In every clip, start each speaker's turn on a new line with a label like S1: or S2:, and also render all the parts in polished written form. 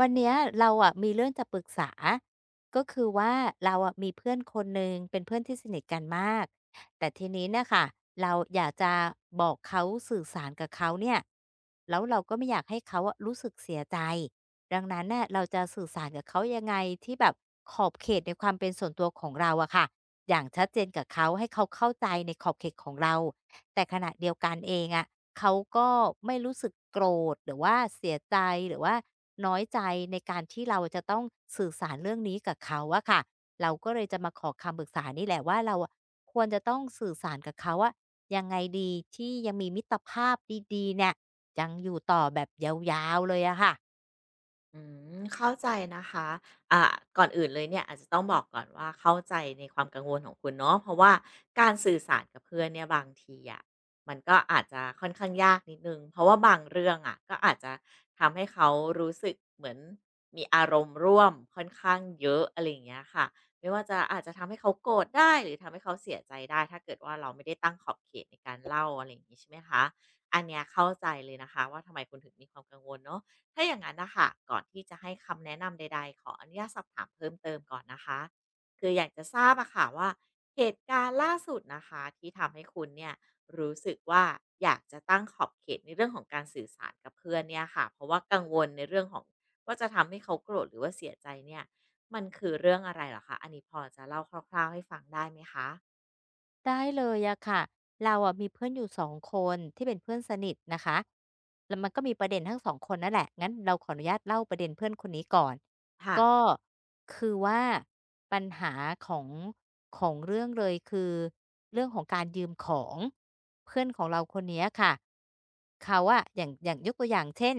S1: วันเนี้ยเราอะมีเรื่องจะปรึกษาก็คือว่าเราอะมีเพื่อนคนหนึ่งเป็นเพื่อนที่สนิทกันมากแต่ทีนี้เนะคะเราอยากจะบอกเขาสื่อสารกับเขาเนี่ยแล้วเราก็ไม่อยากให้เขาอะรู้สึกเสียใจดังนั้นน่ะเราจะสื่อสารกับเขายังไงที่แบบขอบเขตในความเป็นส่วนตัวของเราอะค่ะอย่างชัดเจนกับเขาให้เขาเข้าใจในขอบเขตของเราแต่ขณะเดียวกันเองอะ เขาก็ไม่รู้สึกโกรธหรือว่าเสียใจหรือว่าน้อยใจในการที่เราจะต้องสื่อสารเรื่องนี้กับเขาอะค่ะเราก็เลยจะมาขอคำปรึกษานี่แหละว่าเราอะควรจะต้องสื่อสารกับเขาว่ายังไงดีที่ยังมีมิตรภาพดีๆเนี่ยยังอยู่ต่อแบบยาวๆเลยอะค่ะ
S2: อืเข้าใจนะคะอ่าก่อนอื่นเลยเนี่ยอาจจะต้องบอกก่อนว่าเข้าใจในความกังวลของคุณเนาะเพราะว่าการสื่อสารกับเพื่อนเนี่ยบางทีอะมันก็อาจจะค่อนข้างยากนิดนึงเพราะว่าบางเรื่องอะก็อาจจะทำให้เขารู้สึกเหมือนมีอารมณ์ร่วมค่อนข้างเยอะอะไรอย่างเงี้ยค่ะไม่ว่าจะอาจจะทำให้เขาโกรธได้หรือทำให้เขาเสียใจได้ถ้าเกิดว่าเราไม่ได้ตั้งขอบเขตในการเล่าอะไรอย่างงี้ใช่ไหมคะอันเนี้ยเข้าใจเลยนะคะว่าทำไมคุณถึงมีความกังวลเนาะ ถ้าอย่างนั้นนะคะก่อนที่จะให้คำแนะนำใดๆขออนุญาตสอบถามเพิ่มเติมก่อนนะคะคืออยากจะทราบอะค่ะว่าเหตุการณ์ล่าสุดนะคะที่ทำให้คุณเนี่ยรู้สึกว่าอยากจะตั้งขอบเขตในเรื่องของการสื่อสารกับเพื่อนเนี่ยค่ะเพราะว่ากังวลในเรื่องของว่าจะทำให้เขาโกรธหรือว่าเสียใจเนี่ยมันคือเรื่องอะไรเหรอคะอันนี้พอจะเล่าคร่าวๆให้ฟังได้ไหมคะ
S1: ได้เลยอะค่ะเราอะมีเพื่อนอยู่2คนที่เป็นเพื่อนสนิทนะคะแล้วมันก็มีประเด็นทั้ง2คนนั่นแหละงั้นเราขออนุญาตเล่าประเด็นเพื่อนคนนี้ก่อน
S2: ค่ะ
S1: ก็คือว่าปัญหาของของเรื่องเลยคือเรื่องของการยืมของ เพื่อนของเราคนเนี้ยค่ะเขาอะอย่างยกตัวอย่างเช่น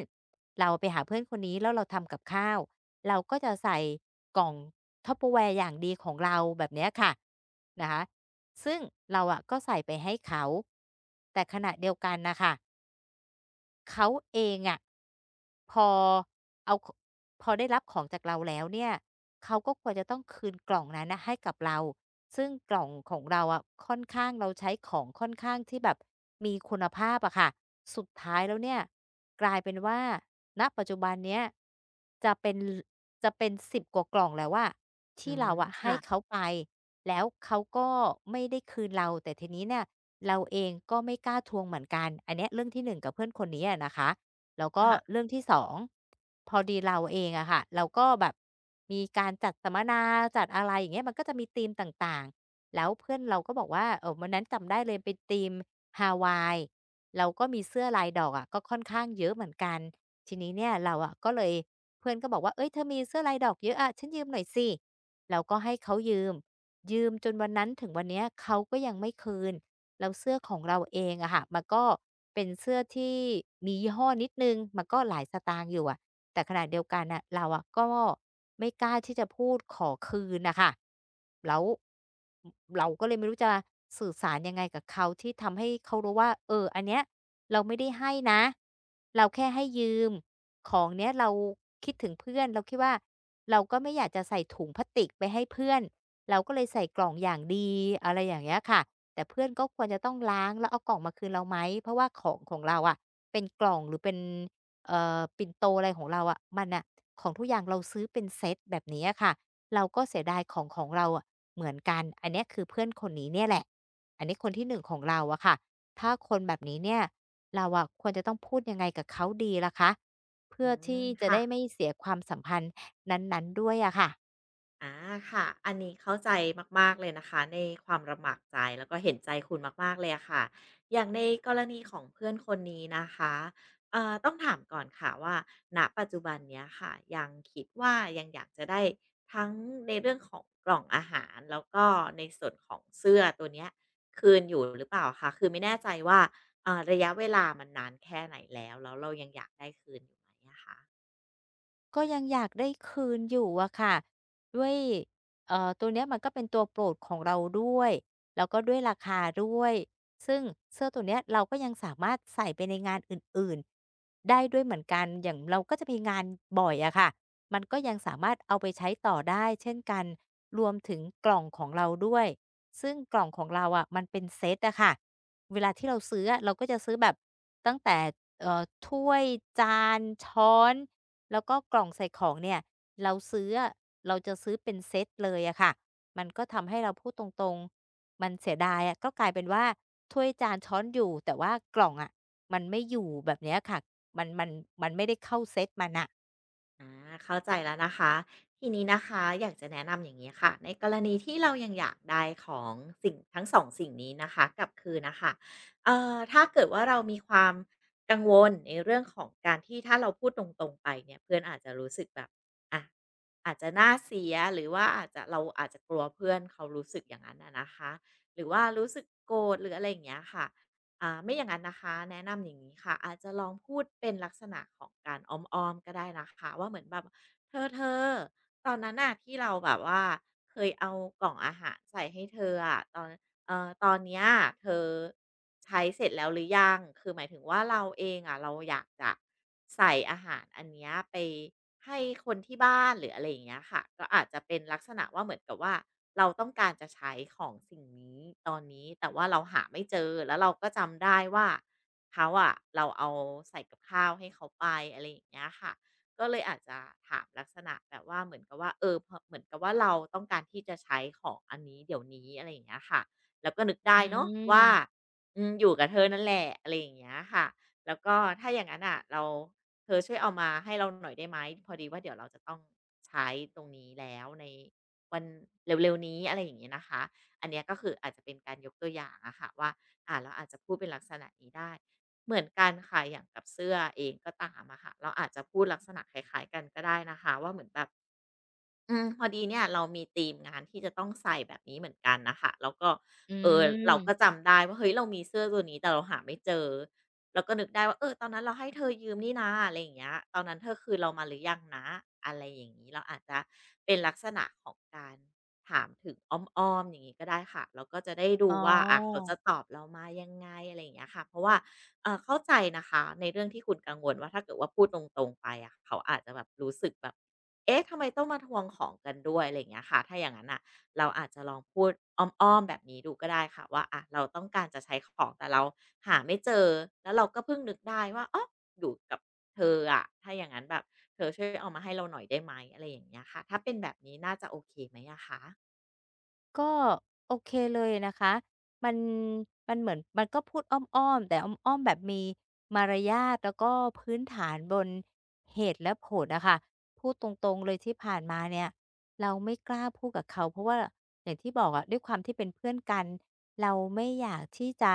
S1: เราไปหาเพื่อนคนนี้แล้วเราทำกับข้าวเราก็จะใส่กล่อง t เปอ e r แวร์อย่างดีของเราแบบเนี้ยค่ะนะคะซึ่งเราอะก็ใส่ไปให้เขาแต่ขณะเดียวกันนะคะเขาเองอะพอเอาพอได้รับของจากเราแล้วเนี่ย เขาก็ควรจะต้องคืนกล่องนั้นนะให้กับเราซึ่งกล่องของเราอะค่อนข้างเราใช้ของค่อนข้างที่แบบมีคุณภาพอะค่ะ สุดท้ายแล้วเนี่ยกลายเป็นว่าณปัจจุบันเนี้ยจะเป็นจะเป็น10กว่ากล่องแล้วอะ
S2: อื
S1: ที่
S2: ม
S1: เราอะให้
S2: ค่ะ
S1: เขาไปแล้วเขาก็ไม่ได้คืนเราแต่ทีนี้เนี่ยเราเองก็ไม่กล้าทวงเหมือนกันอันเนี้ยเรื่องที่หนึ่งกับเพื่อนคนนี้อะนะคะ แล้วก็
S2: ค่ะ
S1: เรื่องที่2พอดีเราเองอะค่ะเราก็แบบมีการจัดสัมมนาจัดอะไรอย่างเงี้ยมันก็จะมีธีมต่างๆแล้วเพื่อนเราก็บอกว่าวันนั้นจำได้เลยเป็นธีมฮาวายเราก็มีเสื้อลายดอกอะก็ค่อนข้างเยอะเหมือนกันทีนี้เนี่ยเราอะก็เลยเพื่อนก็บอกว่าเอ้ยเธอมีเสื้อลายดอกเยอะอะฉันยืมหน่อยสิเราก็ให้เขายืมยืมจนวันนั้นถึงวันเนี้ยเขาก็ยังไม่คืน แล้วเสื้อของเราเองอะค่ะมันก็เป็นเสื้อที่มียี่ห้อนิดนึงมันก็หลายสตางค์อยู่อะแต่ขณะเดียวกันน่ะเราอะก็ไม่กล้าที่จะพูดขอคืนนะคะแล้วเราก็เลยไม่รู้จะสื่อสารยังไงกับเขาที่ทำให้เขารู้ว่าเอออันเนี้ยเราไม่ได้ให้นะเราแค่ให้ยืมของเนี้ยเราคิดถึงเพื่อนเราคิดว่าเราก็ไม่อยากจะใส่ถุงพลาสติกไปให้เพื่อนเราก็เลยใส่กล่องอย่างดีอะไรอย่างเงี้ยค่ะ แต่เพื่อนก็ควรจะต้องล้างแล้วเอากล่องมาคืนเราไหมเพราะว่าของของเราอะเป็นกล่องหรือเป็นปิ่นโตอะไรของเราอะมันน่ะของทุกอย่างเราซื้อเป็นเซตแบบนี้อะค่ะเราก็เสียดายของของเราอะเหมือนกันอันเนี้ยคือเพื่อนคนนี้เนี่ยแหละอันนี้คนที่1ของเราอะค่ะถ้าคนแบบนี้เนี่ยเราอะควรจะต้องพูดยังไงกับเขาดีล่ะคะเพื่
S2: อื
S1: อที่
S2: ม
S1: จะ
S2: ค่ะ
S1: ได้ไม่เสียความสัมพันธ์นั้นๆด้วยอะค่ะ
S2: อาค่ะอันนี้เข้าใจมากๆเลยนะคะในความลำบากใจแล้วก็เห็นใจคุณมากๆเลยอะค่ะอย่างในกรณีของเพื่อนคนนี้นะคะต้องถามก่อนค่ะว่าณปัจจุบันเนี้ยค่ะยังคิดว่ายังอยากจะได้ทั้งในเรื่องของกล่องอาหารแล้วก็ในส่วนของเสื้อตัวเนี้ยคืนอยู่หรือเปล่าคะคือไม่แน่ใจว่าเอ่าระยะเวลามันนานแค่ไหนแล้วเรายังอยากได้คืนอยู่ไหมอะคะ
S1: ก็ยังอยากได้คืนอยู่อะค่ะด้วยตัวเนี้ยมันก็เป็นตัวโปรดของเราด้วยแล้วก็ด้วยราคาด้วยซึ่งเสื้อตัวเนี้ยเราก็ยังสามารถใส่ไปในงานอื่นๆได้ด้วยเหมือนกันอย่างเราก็จะมีงานบ่อยอะค่ะมันก็ยังสามารถเอาไปใช้ต่อได้เช่นกันรวมถึงกล่องของเราด้วยซึ่งกล่องของเราอะมันเป็นเซตอะค่ะเวลาที่เราซื้ออะเราก็จะซื้อแบบตั้งแต่เอ่อถ้วยจานช้อน แล้วก็กล่องใส่ของเนี่ยเราซื้ออะเราจะซื้อเป็นเซตเลยอะค่ะมันก็ทำให้เราพูดตรงๆมันเสียดายอะก็กลายเป็นว่าถ้วยจานช้อนอยู่แต่ว่ากล่องอะมันไม่อยู่แบบเนี้ยค่ะมันมันมันไม่ได้เข้าเซตมันอะ
S2: อาเข้าใจแล้วนะคะทีนี้นะคะอยากจะแนะนำอย่างนี้ค่ะในกรณีที่เรายังอยากได้ของสิ่งทั้งสองสิ่งนี้นะคะกลับคืนนะคะถ้าเกิดว่าเรามีความกังวลในเรื่องของการที่ถ้าเราพูดตรงๆไปเนี่ยเพื่อนอาจจะรู้สึกแบบอะ อาจจะหน้าเสียหรือว่าอาจจะเราอาจจะกลัวเพื่อนเขารู้สึกอย่างนั้นอะนะคะหรือว่ารู้สึกโกรธหรืออะไรอย่างเงี้ยค่ะไม่อย่างนั้นนะคะแนะนำอย่างนี้ค่ะอาจจะลองพูดเป็นลักษณะของการอ้อมๆก็ได้นะคะว่าเหมือนแบบเธอตอนนั้นน่ะที่เราแบบว่าเคยเอากล่องอาหารใส่ให้เธออะตอน ตอนเนี้ยเธอใช้เสร็จแล้วหรือยัง คือหมายถึงว่าเราเองอ่ะเราอยากจะใส่อาหารอันเนี้ยไปให้คนที่บ้านหรืออะไรอย่างเงี้ยค่ะก็อาจจะเป็นลักษณะว่าเหมือนกับว่าเราต้องการจะใช้ของสิ่งนี้ตอนนี้แต่ว่าเราหาไม่เจอ แล้วเราก็จำได้ว่าเขาอะเราเอาใส่กับข้าวให้เขาไปอะไรอย่างเงี้ยค่ะก็เลยอาจจะถามลักษณะแบบว่าเหมือนกับว่าเออพอเหมือนกับว่าเราต้องการที่จะใช้ของอันนี้เดี๋ยวนี้อะไรอย่างเงี้ยค่ะ แล้วก็นึกได้
S1: อื
S2: เนาะว่า
S1: ม
S2: อยู่กับเธอนั่นแหละอะไรอย่างเงี้ยค่ะแล้วก็ถ้าอย่างนั้นอ่ะเราเธอช่วยเอามาให้เราหน่อยได้ไหมพอดีว่าเดี๋ยวเราจะต้องใช้ตรงนี้แล้วในวันเร็วๆนี้อะไรอย่างเงี้ยนะคะอันเนี้ยก็คืออาจจะเป็นการยกตัวอย่างอะค่ะว่าเราอาจจะพูดเป็นลักษณะนี้ได้เหมือนกันค่ะอย่างกับเสื้อเองก็ตามอะค่ะเราอาจจะพูดลักษณะคล้ายๆกันก็ได้นะคะว่าเหมือนแบบ พอดีเนี่ยเรามีทีมงานที่จะต้องใส่แบบนี้เหมือนกันนะคะแล้วก็
S1: อื
S2: เอ่อเราก็
S1: ม
S2: จำได้ว่าเฮ้ยเรามีเสื้อตัวนี้แต่เราหาไม่เจอเราก็นึกได้ว่าเออตอนนั้นเราให้เธอยืมนี่นะอะไรอย่างเงี้ยตอนนั้นเธอคืนเรามาหรือยังนะอะไรอย่างนี้เราอาจจะเป็นลักษณะของการถามถึงอ้อมๆอย่างนี้ก็ได้ค่ะแล้าก็จะได้ดู
S1: อ๋อ
S2: ว่าอะเขาจะตอบเรามายังไงอะไรอย่างเงี้ยค่ะเพราะว่าเข้าใจนะคะในเรื่องที่คุณกังวลว่าถ้าเกิดว่าพูดตรงๆไปอะเขาอาจจะแบบรู้สึกแบบ เอ๊ะทำไมต้องมาทวงของกันด้วยอะไรอย่างเงี้ยค่ะ ถ้าอย่างนั้นอ่ะเราอาจจะลองพูดอ้อมๆแบบนี้ดูก็ได้ค่ะว่าอะเราต้องการจะใช้ของแต่เราหาไม่เจอแล้วเราก็เพิ่งนึกได้ว่าอ๋ออยู่กับเธออะ ถ้าอย่างนั้นแบบเธอช่วยเอามาให้เราหน่อยได้ไหมอะไรอย่างเงี้ยค่ะ ถ้าเป็นแบบนี้น่าจะโอเคไหมอะคะ
S1: ก็โอเคเลยนะคะ มันมันเหมือนมันก็พูดอ้อมๆแต่อ้อมๆแบบมีมารยาทแล้วก็พื้นฐานบนเหตุและผลนะคะพูดตรงๆเลยที่ผ่านมาเนี่ยเราไม่กล้าพูดกับเขาเพราะว่าอย่างที่บอกอะด้วยความที่เป็นเพื่อนกันเราไม่อยากที่จะ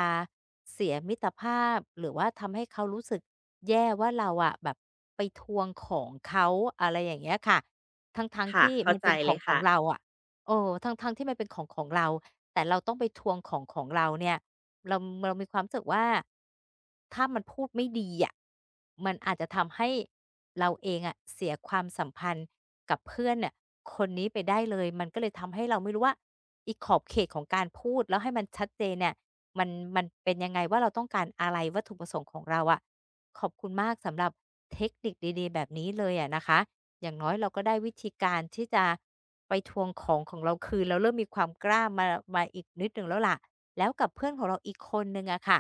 S1: เสียมิตรภาพหรือว่าทำให้เขารู้สึกแย่ว่าเราอะแบบไปทวงของเขาอะไรอย่างเงี้ยค่ะทั้งๆ
S2: ค่ะ
S1: ที่
S2: เข้า
S1: มัน
S2: ใจ
S1: เป็นข
S2: เล
S1: อง
S2: ย
S1: ขอ
S2: ค่ะ
S1: งเราอะ เออทั้งๆที่มันเป็นของของเรา แต่เราต้องไปทวงของของเราเนี่ย เราเรามีความรู้สึกว่า ถ้ามันพูดไม่ดีอะมันอาจจะทำให้เราเองอะเสียความสัมพันธ์กับเพื่อนเนี่ยคนนี้ไปได้เลยมันก็เลยทำให้เราไม่รู้ว่าอีขอบเขตของการพูดแล้วให้มันชัดเจนเนี่ยมันมันเป็นยังไงว่าเราต้องการอะไรวัตถุประสงค์ของเราอะขอบคุณมากสำหรับเทคนิคดีๆแบบนี้เลยอะนะคะ อย่างน้อยเราก็ได้วิธีการที่จะไปทวงของของเราคืนเราเริ่มมีความกล้ามาอีกนิดหนึ่งแล้วล่ะแล้วกับเพื่อนของเราอีกคนหนึ่งอะค่ะ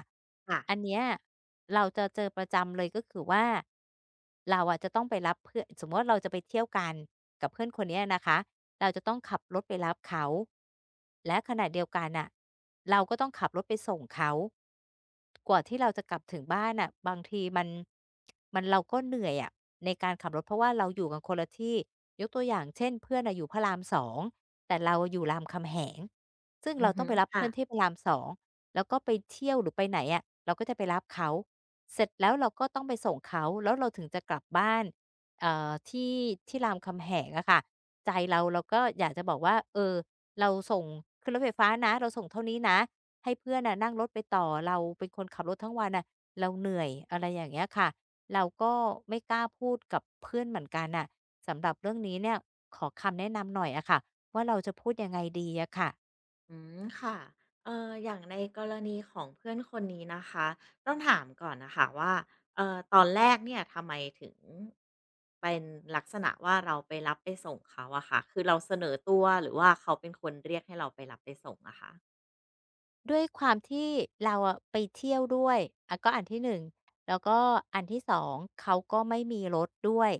S2: ค่ะ
S1: อันเนี้ยเราจะเจอประจำเลยก็คือว่าเราอะจะต้องไปรับเพื่อนสมมุติว่าเราจะไปเที่ยวกันกับเพื่อนคนเนี้ยนะคะเราจะต้องขับรถไปรับเขาและขณะเดียวกันน่ะเราก็ต้องขับรถไปส่งเขา กว่าที่เราจะกลับถึงบ้านน่ะบางทีมันเราก็เหนื่อยอะในการขับรถเพราะว่าเราอยู่กันคนละที่ยกตัวอย่างเช่นเพื่อนน่ะอยู่พระราม2แต่เราอยู่รามคำแหงซึ่ง
S2: อื
S1: เรา
S2: อ
S1: ต้
S2: ฮึ
S1: องไปรับ
S2: ค่ะ
S1: เพื่อนที่พระราม2แล้วก็ไปเที่ยวหรือไปไหนอะเราก็จะไปรับเขาเสร็จแล้วเราก็ต้องไปส่งเขาแล้วเราถึงจะกลับบ้านเอ่อที่ที่รามคำแหงอะค่ะใจเราเราก็อยากจะบอกว่าเออเราส่งขึ้นรถไฟฟ้านะเราส่งเท่านี้นะ ให้เพื่อนน่ะนั่งรถไปต่อเราเป็นคนขับรถทั้งวันน่ะเราเหนื่อยอะไรอย่างเงี้ยค่ะเราก็ไม่กล้าพูดกับเพื่อนเหมือนกันน่ะสำหรับเรื่องนี้เนี่ยขอคำแนะนำหน่อยอะค่ะว่าเราจะพูดยังไงดีอะค่ะ
S2: อืมค่ะอย่างในกรณีของเพื่อนคนนี้นะคะต้องถามก่อนนะคะว่าตอนแรกเนี่ยทำไมถึงเป็นลักษณะว่าเราไปรับไปส่งเขาอะค่ะคือเราเสนอตัวหรือว่าเขาเป็นคนเรียกให้เราไปรับไปส่งอะคะ
S1: ด้วยความที่เราอะไปเที่ยวด้วยอะก็อันที่หนึ่งแล้วก็อันที่สองเขาก็ไม่มีรถด้วย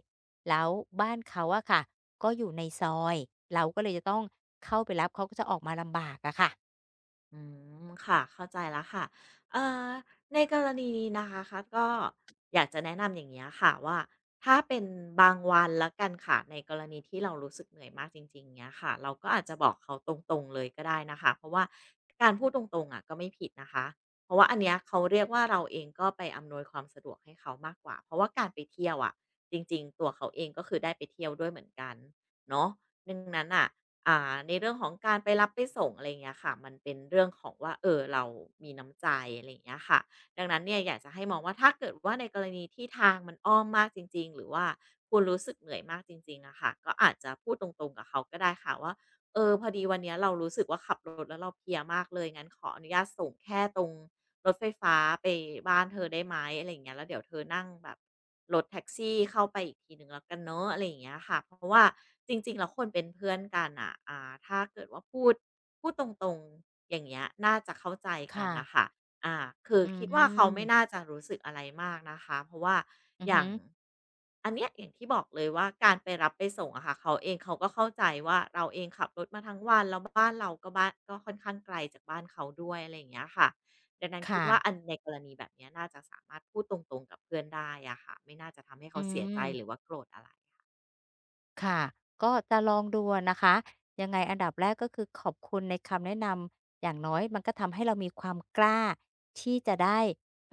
S1: แล้วบ้านเขาอะค่ะก็อยู่ในซอยเราก็เลยจะต้องเข้าไปรับเขาก็จะออกมาลำบากอะค่ะ
S2: อืมค่ะเข้าใจแล้วค่ะเอ่อในกรณีนี้นะคะคะก็อยากจะแนะนำอย่างเงี้ยค่ะว่าถ้าเป็นบางวันแล้วกันค่ะในกรณีที่เรารู้สึกเหนื่อยมากจริงๆเงี้ยค่ะเราก็อาจจะบอกเขาตรงๆเลยก็ได้นะคะเพราะว่าการพูดตรงๆอะก็ไม่ผิดนะคะเพราะว่าอันเนี้ยเขาเรียกว่าเราเองก็ไปอำนวยความสะดวกให้เขามากกว่าเพราะว่าการไปเที่ยวอะจริงๆตัวเขาเองก็คือได้ไปเที่ยวด้วยเหมือนกันเนาะดังนั้นน่ะ อ่าในเรื่องของการไปรับไปส่งอะไรอย่างเงี้ยค่ะมันเป็นเรื่องของว่าเออเรามีน้ำใจอะไรอย่างเงี้ยค่ะดังนั้นเนี่ยอยากจะให้มองว่าถ้าเกิดว่าในกรณีที่ทางมันอ้อมมากจริงๆหรือว่าคุณรู้สึกเหนื่อยมากจริงๆอะค่ะก็อาจจะพูดตรงๆกับเขาก็ได้ค่ะว่าเออพอดีวันเนี้ยเรารู้สึกว่าขับรถแล้วเราเพลียมากเลยงั้นขออนุญาตส่งแค่ตรง รถไฟฟ้าไปบ้านเธอได้ไหมอะไรอย่างเงี้ยแล้วเดี๋ยวเธอนั่งแบบรถแท็กซี่เข้าไปอีกทีหนึ่งแล้วกันเนอะอะไรอย่างเงี้ยค่ะเพราะว่าจริงๆแล้วคนเป็นเพื่อนกันอ่ะถ้าเกิดว่าพูดตรงๆอย่างเงี้ยน่าจะเข้าใจกัน
S1: ค่ะ
S2: นะคะอ่าคือ
S1: อื
S2: คิดว่าเขาไม่น่า
S1: ม
S2: จะรู้สึกอะไรมากนะคะเพราะว่า
S1: อือ
S2: อย่า
S1: ฮึ
S2: งอันเนี้ยอย่างที่บอกเลยว่าการไปรับไปส่งอะค่ะเขาเองเขาก็เข้าใจว่าเราเองขับรถมาทั้งวันแล้วบ้านเราก็บ้านก็ค่อนข้างไกลจากบ้านเขาด้วยอะไรอย่างเงี้ยค่ะ ดังนั้นคิดว่าอัน
S1: ค่ะ
S2: ในกรณีแบบเนี้ยน่าจะสามารถพูดตรงๆกับเพื่อนได้อะค่ะไม่น่าจะทำให้
S1: อื
S2: เขาเสียใจหรือ
S1: ม
S2: ว่าโกรธอะไร
S1: ค่ะก็จะลองดูอะนะคะยังไงอันดับแรกก็คือขอบคุณในคำแนะนำอย่างน้อยมันก็ทำให้เรามีความกล้าที่จะได้ไป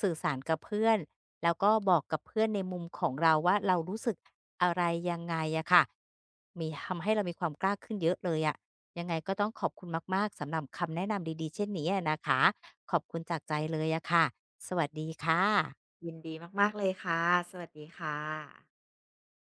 S1: สื่อสารกับเพื่อนแล้วก็บอกกับเพื่อนในมุมของเราว่าเรารู้สึกอะไรยังไงอะค่ะมีทำให้เรามีความกล้าขึ้นเยอะเลยอะยังไงก็ต้องขอบคุณมากๆสำหรับคำแนะนำดีๆเช่นนี้อะนะคะขอบคุณจากใจเลยอะค่ะสวัสดีค่ะ
S2: ยินดีมากๆเลยค่ะสวัสดีค่ะ